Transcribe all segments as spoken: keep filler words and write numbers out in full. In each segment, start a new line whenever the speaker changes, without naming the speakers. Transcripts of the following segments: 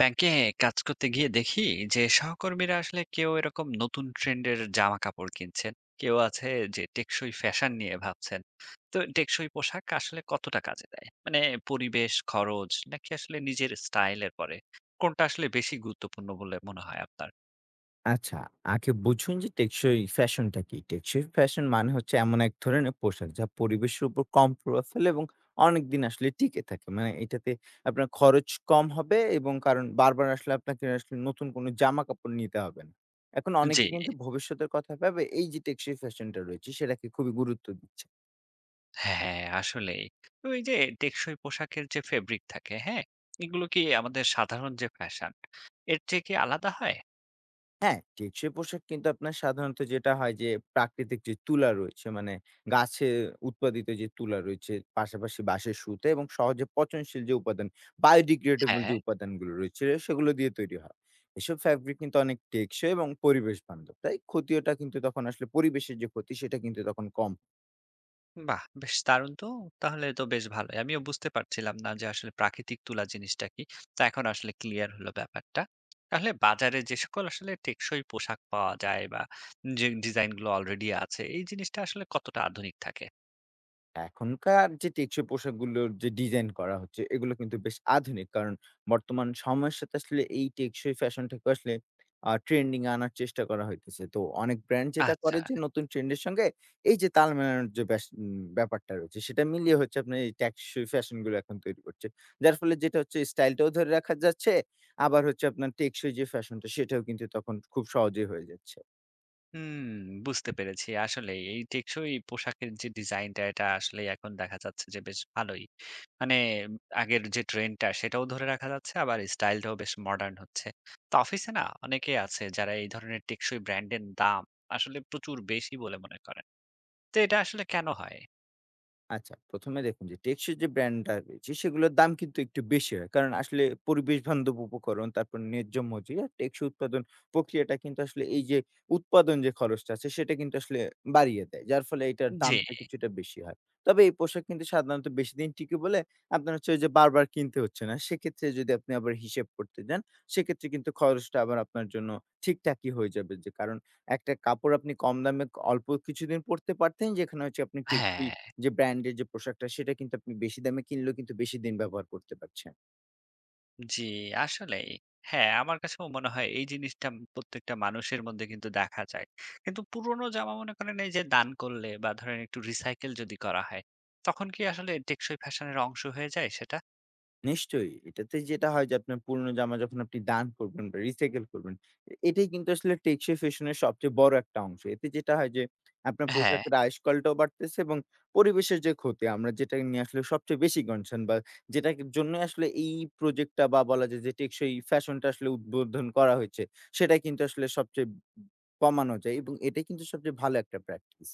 ব্যাংকে কাজ করতে গিয়ে দেখি যে সহকর্মীরা আসলে কেউ এরকম নতুন ট্রেন্ডের জামা কাপড় কিনছেন, কেউ আছে যে টেকসই ফ্যাশন নিয়ে ভাবছেন। তো টেকসই পোশাক আসলে কতটা কাজে দেয়, মানে পরিবেশ খরচ নাকি আসলে নিজের স্টাইলের পরে কোনটা আসলে বেশি গুরুত্বপূর্ণ বলে মনে হয় আপনার?
আচ্ছা, আগে বুঝুন যে টেকসই ফ্যাশনটা কি? টেকসই ফ্যাশন মানে হচ্ছে এমন এক ধরনের পোশাক যা পরিবেশের উপর কম প্রভাব ফেলে এবং অনেকদিন আসলে টিকে থাকে। মানে এটাতে আপনার খরচ কম হবে এবং কারণ বারবার আসলে আপনাকে আসলে নতুন কোনো জামাকাপড় নিতে হবে না। এখন
জি,
অনেকে কিন্তু ভবিষ্যতের কথা ভেবে এই যে টেকসই ফ্যাশনটা রয়েছে সেটাকে খুবই গুরুত্ব দিচ্ছে।
হ্যাঁ আসলেই। ওই যে টেকসই পোশাকের যে ফেব্রিক থাকে, হ্যাঁ, এগুলো কি আমাদের সাধারণ যে ফ্যাশন এর থেকে আলাদা হয়?
হ্যাঁ, টেকসই পোশাক কিন্তু আপনার সাধারণত যেটা হয় যে প্রাকৃতিক যে তুলা রয়েছে মানে গাছে উৎপাদিত যে তুলা রয়েছে, পাশাপাশি বাঁশের সুতা এবং সহজে পচনশীল যে উপাদান, biodegradable
হ্যাঁ।
যে উপাদানগুলো রয়েছে সেগুলো দিয়ে তৈরি হয়। এসব ফ্যাব্রিক কিন্তু অনেক টেকসই এবং পরিবেশ বান্ধব। তাই ক্ষতিটা কিন্তু তখন আসলে পরিবেশের যে ক্ষতি, সেটা কিন্তু তখন কম।
বাহ! বেশ দারুণ তো। তাহলে তো বেশ ভালোই। আমিও বুঝতে পারছিলাম না যে আসলে প্রাকৃতিক তুলা জিনিসটা কি। তো এখন আসলে ক্লিয়ার হলো ব্যাপারটা। তাহলে বাজারে যে সকল আসলে টেকসই পোশাক পাওয়া যায় বা যে ডিজাইন গুলো অলরেডি আছে এই জিনিসটা আসলে কতটা আধুনিক থাকে?
এখনকার যে টেকসই পোশাকগুলোর যে ডিজাইন করা হচ্ছে, এগুলো কিন্তু বেশ আধুনিক। কারণ বর্তমান সময়ের সাথে আসলে এই টেকসই ফ্যাশনটাকে আসলে আ ট্রেন্ডিং এ আনার চেষ্টা করা হইতেছে। তো অনেক ব্র্যান্ড যেটা
আচ্ছা।
করে যে নতুন ট্রেন্ডের সঙ্গে এই যে তাল মেলানোর যে ব্যাস উম ব্যাপারটা রয়েছে, সেটা মিলিয়ে হচ্ছে আপনার এই টেকসই ফ্যাশন গুলো এখন তৈরি করছে। যার ফলে যেটা হচ্ছে স্টাইলটাও ধরে রাখা যাচ্ছে, আবার হচ্ছে আপনার টেকসই যে ফ্যাশনটা সেটাও কিন্তু তখন খুব সহজেই হয়ে যাচ্ছে।
হুম, বুঝতে পেরেছি। আসলেই এই টেকসই পোশাকের যে ডিজাইনটা এটা আসলেই এখন দেখা যাচ্ছে যে বেশ ভালোই। মানে আগের যে ট্রেন্ডটা সেটাও ধরে রাখা যাচ্ছে, আবার স্টাইলটাও বেশ মডার্ন হচ্ছে। তো অফিসে না অনেকেই আছে যারা এই ধরনের টেকসই ব্র্যান্ডের দাম আসলে প্রচুর বেশি বলে মনে করেন। তো এটা আসলে কেন হয়?
আচ্ছা, প্রথম এ দেখুন যে টেকসই যে ব্র্যান্ডটা রয়েছে সেগুলোর দাম কিন্তু একটু বেশি হয়। কারণ আসলে পরিবেশ বান্ধব উপকরণ, তারপর ন্যায্য মজুরি আর টেকসই উৎপাদন প্রক্রিয়াটা কিন্তু আসলে এই যে উৎপাদন যে খরচটা আছে, সেটা কিন্তু আসলে বাড়িয়ে দেয়। যার ফলে এটার
জি,
দামটা কিছুটা বেশি হয়। তবে এই পোশাক কিন্তু সাধারণত বেশিদিন টিকে বলে আপনার হচ্ছে ওই যে বারবার কিনতে হচ্ছে না। সেক্ষেত্রে যদি আপনি আবার হিসেব করতে যান, সেক্ষেত্রে কিন্তু খরচটা আবার আপনার জন্য ঠিকঠাকই হয়ে যাবে। যে কারণ একটা কাপড় আপনি কম দামে অল্প কিছুদিন পড়তে পারতেন, যেখানে হচ্ছে আপনি টেকসই
হ্যাঁ।
যে ব্র্যান্ডের যে পোশাকটা সেটা কিন্তু আপনি বেশি দামে কিনলেও কিন্তু বেশি দিন ব্যবহার করতে পারছেন।
জি, আসলেই। হ্যাঁ, আমার কাছেও মনে হয় এই জিনিসটা প্রত্যেকটা মানুষের মধ্যে কিন্তু দেখা যায়। কিন্তু পুরনো জামা মনে করেন এই যে দান করলে বা ধরেন একটু রিসাইকেল যদি করা হয়, তখন কি আসলে টেকসই ফ্যাশনের অংশ হয়ে যায় সেটা?
নিশ্চয়ই। এটাতে যেটা হয় যে আপনার পুরনো জামা যখন আপনি দান করবেন বা রিসাইকেল করবেন, এ এটাই কিন্তু আসলে টেকসই ফ্যাশনের সবচেয়ে বড় একটা অংশ। এতে যেটা হয় যে আপনার
হ্যাঁ।
পোশাকের আয়ুষ্কালটাও বাড়তেছে এবং পরিবেশের যে ক্ষতি আমরা যেটা নিয়ে আসলে সবচেয়ে বেশি কনসার্ন, বা যেটার জন্য আসলে এই প্রজেক্টটা, বা বলা যায় যে টেকসই ফ্যাশনটা আসলে উদ্বোধন করা হয়েছে, সেটা কিন্তু আসলে সবচেয়ে কমানো যায় এবং এটাই কিন্তু সবচেয়ে ভালো একটা প্র্যাকটিস।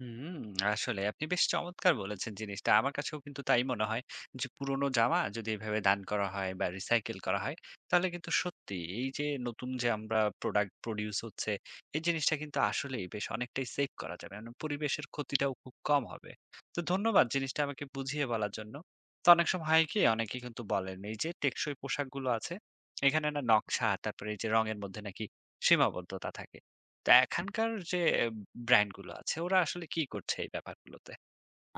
হুম, আসলে আপনি বেশ চমৎকার বলেছেন জিনিসটা। আমার কাছেও কিন্তু তাই মনে হয় যে পুরোনো জামা যদি এভাবে দান করা হয় বা রিসাইকেল করা হয়, তাহলে কিন্তু সত্যি এই যে নতুন যে আমরা প্রোডাক্ট প্রোডিউস হচ্ছে, এই জিনিসটা কিন্তু আসলেই বেশ অনেকটাই সেভ করা যাবে। মানে পরিবেশের ক্ষতিটাও খুব কম হবে। তো ধন্যবাদ জিনিসটা আমাকে বুঝিয়ে বলার জন্য। তো অনেক সময় হয় কি অনেকে কিন্তু বলেন এই যে টেকসই পোশাকগুলো আছে, এখানে না নকশা তারপরে এই যে রঙের মধ্যে নাকি সীমাবদ্ধতা থাকে। তো এখানকার যে ব্র্যান্ড গুলো আছে, ওরা আসলে কি করছে এই ব্যাপারগুলোতে?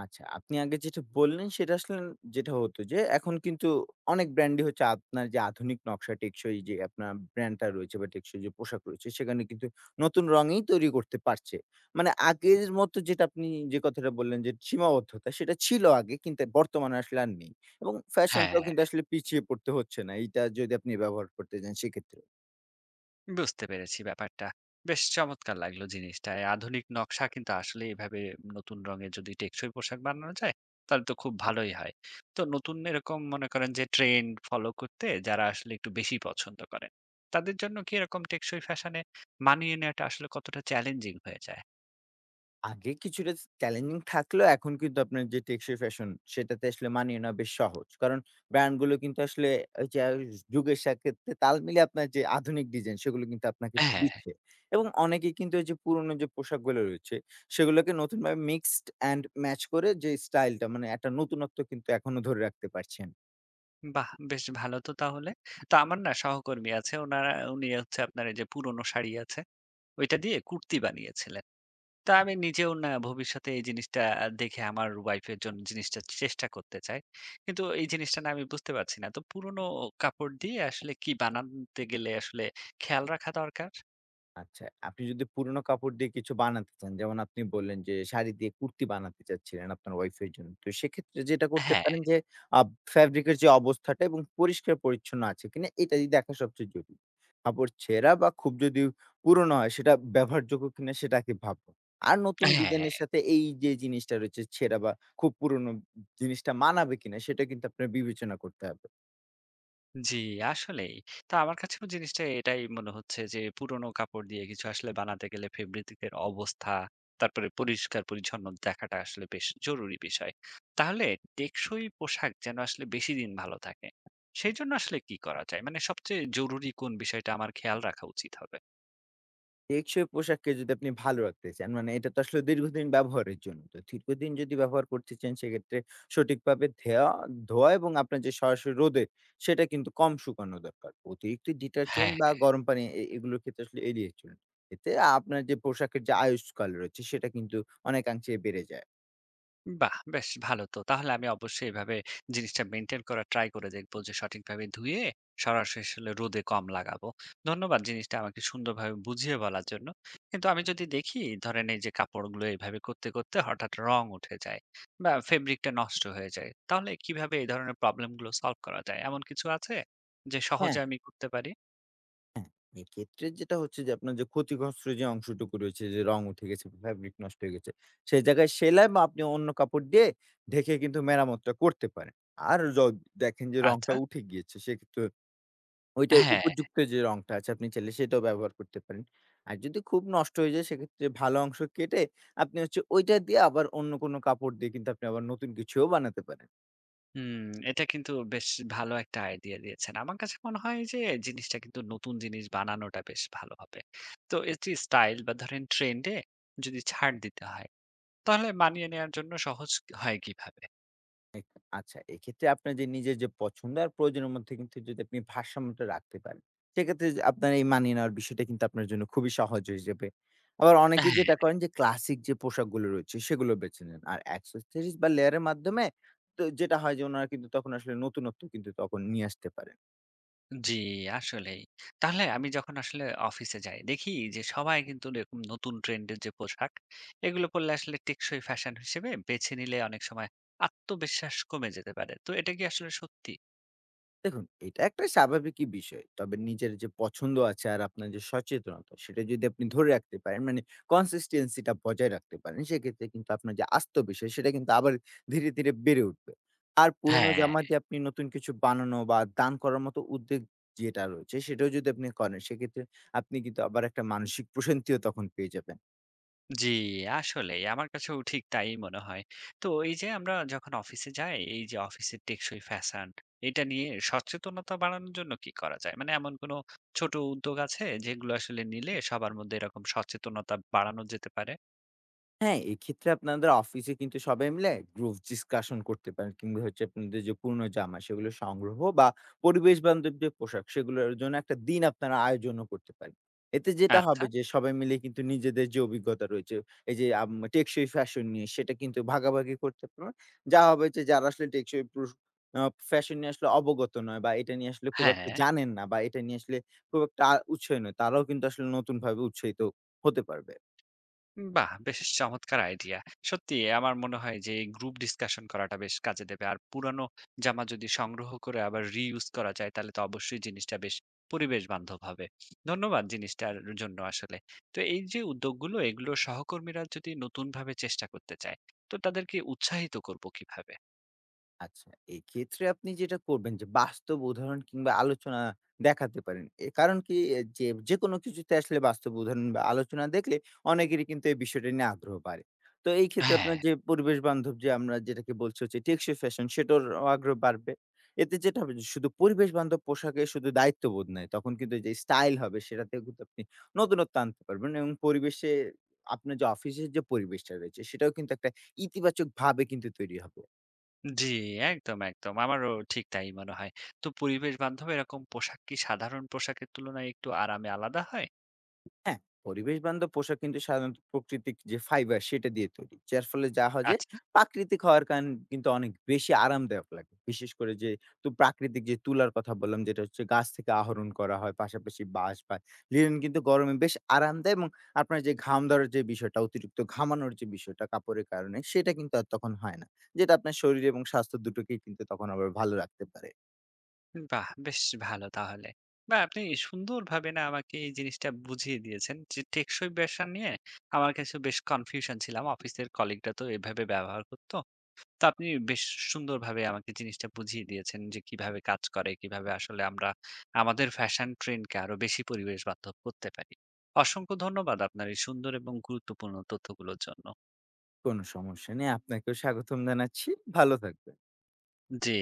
আচ্ছা, আপনি আগে যেটা বললেন, সেটা আসলে যেটা হতো যে এখন কিন্তু অনেক ব্র্যান্ডই হচ্ছে আপনার যে আধুনিক নকশা, টেকসই যে আপনার ব্র্যান্ডটা রয়েছে বা টেকসই যে পোশাক রয়েছে, সেখানে কিন্তু নতুন রঙেই তৈরি করতে পারছে। মানে আগের মতো যেটা আপনি, যে কথাটা বললেন যে সীমাবদ্ধতা, সেটা ছিল আগে, কিন্তু বর্তমানে আসলে আর নেই। এবং
হ্যাঁ,
ফ্যাশনটাও কিন্তু আসলে পিছিয়ে পড়তে হচ্ছে না, এইটা যদি আপনি ব্যবহার করতে যান সেক্ষেত্রে।
বুঝতে পেরেছি ব্যাপারটা। বেশ চমৎকার লাগলো জিনিসটা। এই আধুনিক নকশা কিন্তু আসলে এভাবে নতুন রঙের যদি টেকসই পোশাক বানানো যায়, তাহলে তো খুব ভালোই হয়। তো নতুন এরকম মনে করেন যে ট্রেন্ড ফলো করতে যারা আসলে একটু বেশি পছন্দ করেন, তাদের জন্য কি এরকম টেকসই ফ্যাশনে মানিয়ে নেওয়াটা আসলে কতটা চ্যালেঞ্জিং হয়ে যায়?
আগে কিছুটা চ্যালেঞ্জিং থাকলেও এখন কিন্তু আপনার যে টেকসই ফ্যাশন, সেটাতে আসলে মানিয়ে নেওয়া বেশ সহজ। কারণ ব্র্যান্ড গুলো কিন্তু আসলে ওই যে যুগের সাথে তাল মিলিয়ে আপনার যে আধুনিক ডিজাইন, সেগুলো কিন্তু আপনাকে
হ্যাঁ,
দিচ্ছে। এবং অনেকেই কিন্তু ওই যে পুরনো যে পোশাকগুলো রয়েছে সেগুলোকে নতুনভাবে মিক্সড অ্যান্ড ম্যাচ করে যে স্টাইলটা, মানে একটা নতুনত্ব কিন্তু এখনো ধরে রাখতে পারছেন।
বাহ! বেশ ভালো তো তাহলে। তো আমার না সহকর্মী আছে, উনারা উনি হচ্ছে আপনার এই যে পুরনো শাড়ি আছে ওইটা দিয়ে কুর্তি বানিয়েছিলেন। তো আমি নিজেও না ভবিষ্যতে এই জিনিসটা দেখে আমার ওয়াইফের জন্য জিনিসটা চেষ্টা করতে চাই। কিন্তু এই জিনিসটা না আমি বুঝতে পারছি না। তো পুরনো কাপড় দিয়ে আসলে কি বানাতে গেলে আসলে খেয়াল রাখা দরকার?
আচ্ছা, আপনি যদি পুরোনো কাপড় দিয়ে কিছু বানাতে চান, যেমন আপনি বললেন যে শাড়ি দিয়ে কুর্তি বানাতে চাচ্ছিলেন আপনার ওয়াইফের জন্য। তো সেক্ষেত্রে যেটা করতে
হ্যাঁ,
পারেন যে আ ফেব্রিকের যে অবস্থাটা এবং পরিষ্কার পরিচ্ছন্ন আছে কিনা, এটাই দেখা সবচেয়ে জরুরি। কাপড় ছেঁড়া বা খুব যদি পুরোনো হয়, সেটা ব্যবহারযোগ্য কিনা সেটা আগে ভাবুন। আর নতুন
হ্যাঁ।
ডিজাইনের সাথে এই যে জিনিসটা রয়েছে, ছেঁড়া বা খুব পুরোনো জিনিসটা মানাবে কিনা, সেটা কিন্তু আপনার বিবেচনা করতে হবে।
জি, আসলেই। তো আমার কাছেও জিনিসটা এটাই মনে হচ্ছে যে পুরোনো কাপড় দিয়ে কিছু আসলে বানাতে গেলে ফেব্রিকের অবস্থা, তারপরে পরিষ্কার-পরিচ্ছন্ন দেখাটা আসলে বেশ জরুরি বিষয়। তাহলে টেকসই পোশাক যেন আসলে বেশিদিন ভালো থাকে, সেইজন্য আসলে কি করা যায়? মানে সবচেয়ে জরুরি কোন বিষয়টা আমার খেয়াল রাখা উচিত হবে?
টেকসই পোশাককে যদি আপনি ভালো রাখতে চান, মানে এটা তো আসলে দীর্ঘদিন ব্যবহারের জন্য। তো দীর্ঘদিন যদি ব্যবহার করতে চান, সেক্ষেত্রে সঠিকভাবে ধেয়া ধোয়া এবং আপনার যে সরাসরি রোদে সেটা কিন্তু কম শুকানো দরকার। অতিরিক্ত ডিটারজেন্ট বা
হ্যাঁ।
গরম পানি, এ এগুলোর ক্ষেত্রে আসলে এড়িয়ে চলুন। এতে আপনার যে পোশাকের যে আয়ুষ্কাল রয়েছে, সেটা কিন্তু অনেকাংশে বেড়ে যায়।
বাহ! বেশ ভালো তো। তাহলে আমি অবশ্যই এভাবে জিনিসটা মেইনটেইন করার ট্রাই করে দেখব যে সঠিকভাবে ধুয়ে সরাসরি আসলে রোদে কম লাগাবো। ধন্যবাদ জিনিসটা আমাকে সুন্দরভাবে বুঝিয়ে বলার জন্য। কিন্তু আমি যদি দেখি ধরেন এই যে কাপড়গুলো এভাবে করতে, করতে হঠাৎ রং উঠে যায় বা ফেব্রিকটা নষ্ট হয়ে যায়, তাহলে কিভাবে এই ধরনের প্রবলেমগুলো সলভ করা যায়? এমন কিছু আছে যে
হ্যাঁ?
সহজে আমি করতে পারি?
হ্যাঁ, এক্ষেত্রে যেটা হচ্ছে যে আপনার যে ক্ষতিগ্রস্ত যে অংশটুকু রয়েছে, যে রং উঠে গেছে, ফেব্রিক নষ্ট হয়ে গেছে, সেই জায়গায় সেলাই বা আপনি অন্য কাপড় দিয়ে ঢেকে কিন্তু মেরামতটা করতে পারেন। আর য দেখেন যে রংটা
আচ্ছা।
উঠে গিয়েছে, সেক্ষেত্রে ওইটার
হ্যাঁ।
উপযুক্ত যে রংটা আছে, আপনি চাইলে সেটাও ব্যবহার করতে পারেন। আর যদি খুব নষ্ট হয়ে যায়, সেক্ষেত্রে ভালো অংশ কেটে আপনি হচ্ছে ওইটা দিয়ে আবার অন্য কোনো কাপড় দিয়ে কিন্তু আপনি আবার নতুন কিছুও বানাতে পারেন।
হুম, এটা কিন্তু বেশ ভালো একটা আইডিয়া দিয়েছেন। আমার কাছে মনে হয় যে জিনিসটা কিন্তু নতুন জিনিস বানানোটা বেশ ভালো হবে। তো এই যে স্টাইল বা ধরেন ট্রেন্ড এ যদি ছাড় দিতে হয়, তাহলে মানিয়ে নেয়ার জন্য সহজ হয় কিভাবে?
আচ্ছা, এক্ষেত্রে আপনার যে নিজের যে পছন্দ আর প্রয়োজনের মধ্যে কিন্তু যদি আপনি ভারসাম্যটা রাখতে পারেন, সেক্ষেত্রে যে আপনার এই মানিয়ে নেওয়ার বিষয়টা কিন্তু আপনার জন্য খুবই সহজ হয়ে যাবে। আবার অনেকেই
হ্যাঁ,
যেটা করেন, যে ক্লাসিক যে পোশাকগুলো রয়েছে সেগুলো বেছে নেন। আর accessories বা লেয়ারের মাধ্যমে, তো যেটা হয় যে উনারা কিন্তু তখন আসলে নতুনত্ব কিন্তু তখন নিয়ে আসতে পারেন।
জি আসলেই। তাহলে আমি যখন আসলে অফিসে যাই দেখি যে সবাই কিন্তু এরকম নতুন ট্রেন্ড এর যে পোশাক এগুলো পড়লে আসলে টেকসই ফ্যাশন হিসেবে বেছে নিলে অনেক সময় আত্মবিশ্বাস কমে যেতে পারে। তো এটা কি আসলে সত্যি?
দেখুন, এটা একটা স্বাভাবিকই বিষয়। তবে নিজের যে পছন্দ আছে আর আপনার যে সচেতনতা, সেটা যদি আপনি ধরে রাখতে পারেন, মানে consistency টা বজায় রাখতে পারেন, সেক্ষেত্রে কিন্তু আপনার যে আত্মবিশ্বাস, সেটা কিন্তু আবার ধীরে, ধীরে বেড়ে উঠবে। আর পুরোনো
হ্যাঁ।
জামা দিয়ে আপনি নতুন কিছু বানানো বা দান করার মতো উদ্যোগ যেটা রয়েছে, সেটাও যদি আপনি করেন, সেক্ষেত্রে আপনি কিন্তু আবার একটা মানসিক প্রশান্তিও তখন পেয়ে যাবেন।
জি, আসলেই আমার কাছেও ঠিক তাই মনে হয়। তো এই যে আমরা যখন অফিসে যাই, এই যে অফিসের টেকসই ফ্যাশন, এটা নিয়ে সচেতনতা বাড়ানোর জন্য কি করা যায়? মানে এমন কোনো ছোট উদ্যোগ আছে যেগুলো আসলে নিলে সবার মধ্যে এরকম সচেতনতা বাড়ানো যেতে পারে?
হ্যাঁ, এক্ষেত্রে আপনাদের অফিসে কিন্তু সবাই মিলে গ্রুপ ডিসকাশন করতে পারেন, কিংবা হচ্ছে আপনাদের যে পুরনো জামা সেগুলো সংগ্রহ বা পরিবেশ বান্ধব যে পোশাক, সেগুলোর জন্য একটা দিন আপনারা আয়োজনও করতে পারেন। এতে যেটা
আচ্ছা,
হবে যে সবাই মিলে কিন্তু নিজেদের যে অভিজ্ঞতা রয়েছে এই যে আম টেকসই ফ্যাশন নিয়ে, সেটা কিন্তু ভাগাভাগি করতে পারবেন। যা হবে যে, যারা আসলে টেকসই প্রস আ ফ্যাশন নিয়ে আসলে অবগত নয়, বা এটা নিয়ে আসলে খুব একটা
হ্যাঁ।
জানেন না, বা এটা নিয়ে আসলে খুব একটা আ উৎসাহী নয়, তারাও কিন্তু আসলে নতুনভাবে উৎসাহিত হতে পারবে।
বাহ! বেশ চমৎকার আইডিয়া। সত্যি আমার মনে হয় যে এই গ্রুপ ডিসকাশন করাটা বেশ কাজে দেবে। আর পুরানো জামা যদি সংগ্রহ করে আবার রিইউজ করা যায় তাহলে তো অবশ্যই জিনিসটা বেশ পরিবেশ বান্ধব হবে। ধন্যবাদ জিনিসটার জন্য আসলে। তো এই যে উদ্যোগগুলো এগুলো সহকর্মীরা যদি নতুনভাবে চেষ্টা করতে চায়, তো তাদেরকে উৎসাহিত করব কিভাবে?
আচ্ছা, এক্ষেত্রে আপনি যেটা করবেন যে বাস্তব উদাহরণ কিংবা আলোচনা দেখাতে পারেন। এ কারণ কি, এ যে যেকোনো কিছুতে আসলে বাস্তব উদাহরণ বা আলোচনা দেখলে অনেকেরই কিন্তু এই বিষয়টা নিয়ে আগ্রহ বাড়ে। তো এই ক্ষেত্রে
হ্যাঁ,
আপনার যে পরিবেশ বান্ধব, যে আমরা যেটাকে বলছি হচ্ছে টেকসই ফ্যাশন, সেটার আগ্রহ বাড়বে। এতে যেটা হবে যে শুধু পরিবেশ বান্ধব পোশাকে শুধু দায়িত্ববোধ নয়, তখন কিন্তু যে স্টাইল হবে, সেটাতেও কিন্তু আপনি নতুনত্ব আনতে পারবেন এবং পরিবেশে আপনার যে অফিসের যে পরিবেশটা রয়েছে, সেটাও কিন্তু একটা ইতিবাচকভাবে কিন্তু তৈরি হবে।
জি একদম, একদম। আমারও ঠিক তাই মনে হয়। তো পরিবেশ বান্ধব এরকম পোশাক কি সাধারণ পোশাকের তুলনায় একটু আরামে আলাদা হয়?
হ্যাঁ, পরিবেশ বান্ধব পোশাক কিন্তু সাধারণত প্রকৃতিক যে ফাইবার সেটা দিয়ে তৈরি। যার ফলে যা হয় যে
আচ্ছা।
প্রাকৃতিক হওয়ার কারণ কিন্তু অনেক বেশি আরামদায়ক লাগে। বিশেষ করে যে, তো প্রাকৃতিক যে তুলার কথা বললাম, যেটা হচ্ছে গাছ থেকে আহরণ করা হয়। পাশাপাশি বাঁশ বা লিনেন কিন্তু গরমে বেশ আরাম দেয় এবং আপনার যে ঘাম ধরার যে বিষয়টা, অতিরিক্ত ঘামানোর যে বিষয়টা কাপড়ের কারণে সেটা কিন্তু আর তখন হয় না। যেটা আপনার শরীর এবং স্বাস্থ্য দুটোকেই কিন্তু তখন আবার ভালো রাখতে পারে।
বাহ! বেশ ভালো তাহলে। বা আপনি সুন্দরভাবে না আমাকে এই জিনিসটা বুঝিয়ে দিয়েছেন যে, টেকসই ব্যবসা নিয়ে আমার কাছে বেশ কনফিউশন ছিলাম। অফিসের কলিগরা তো এভাবে ব্যবহার করত। তো আপনি বেশ সুন্দরভাবে আমাকে জিনিসটা বুঝিয়ে দিয়েছেন যে, কিভাবে কাজ করে, কিভাবে আসলে আমরা আমাদের ফ্যাশন ট্রেন্ডকে আরো বেশি পরিবেশ বান্ধব করতে পারি। অসংখ্য ধন্যবাদ আপনার এই সুন্দর এবং গুরুত্বপূর্ণ তথ্যগুলোর জন্য।
কোনো সমস্যা নেই। আপনাকেও স্বাগতম জানাচ্ছি। ভালো থাকবেন।
জি।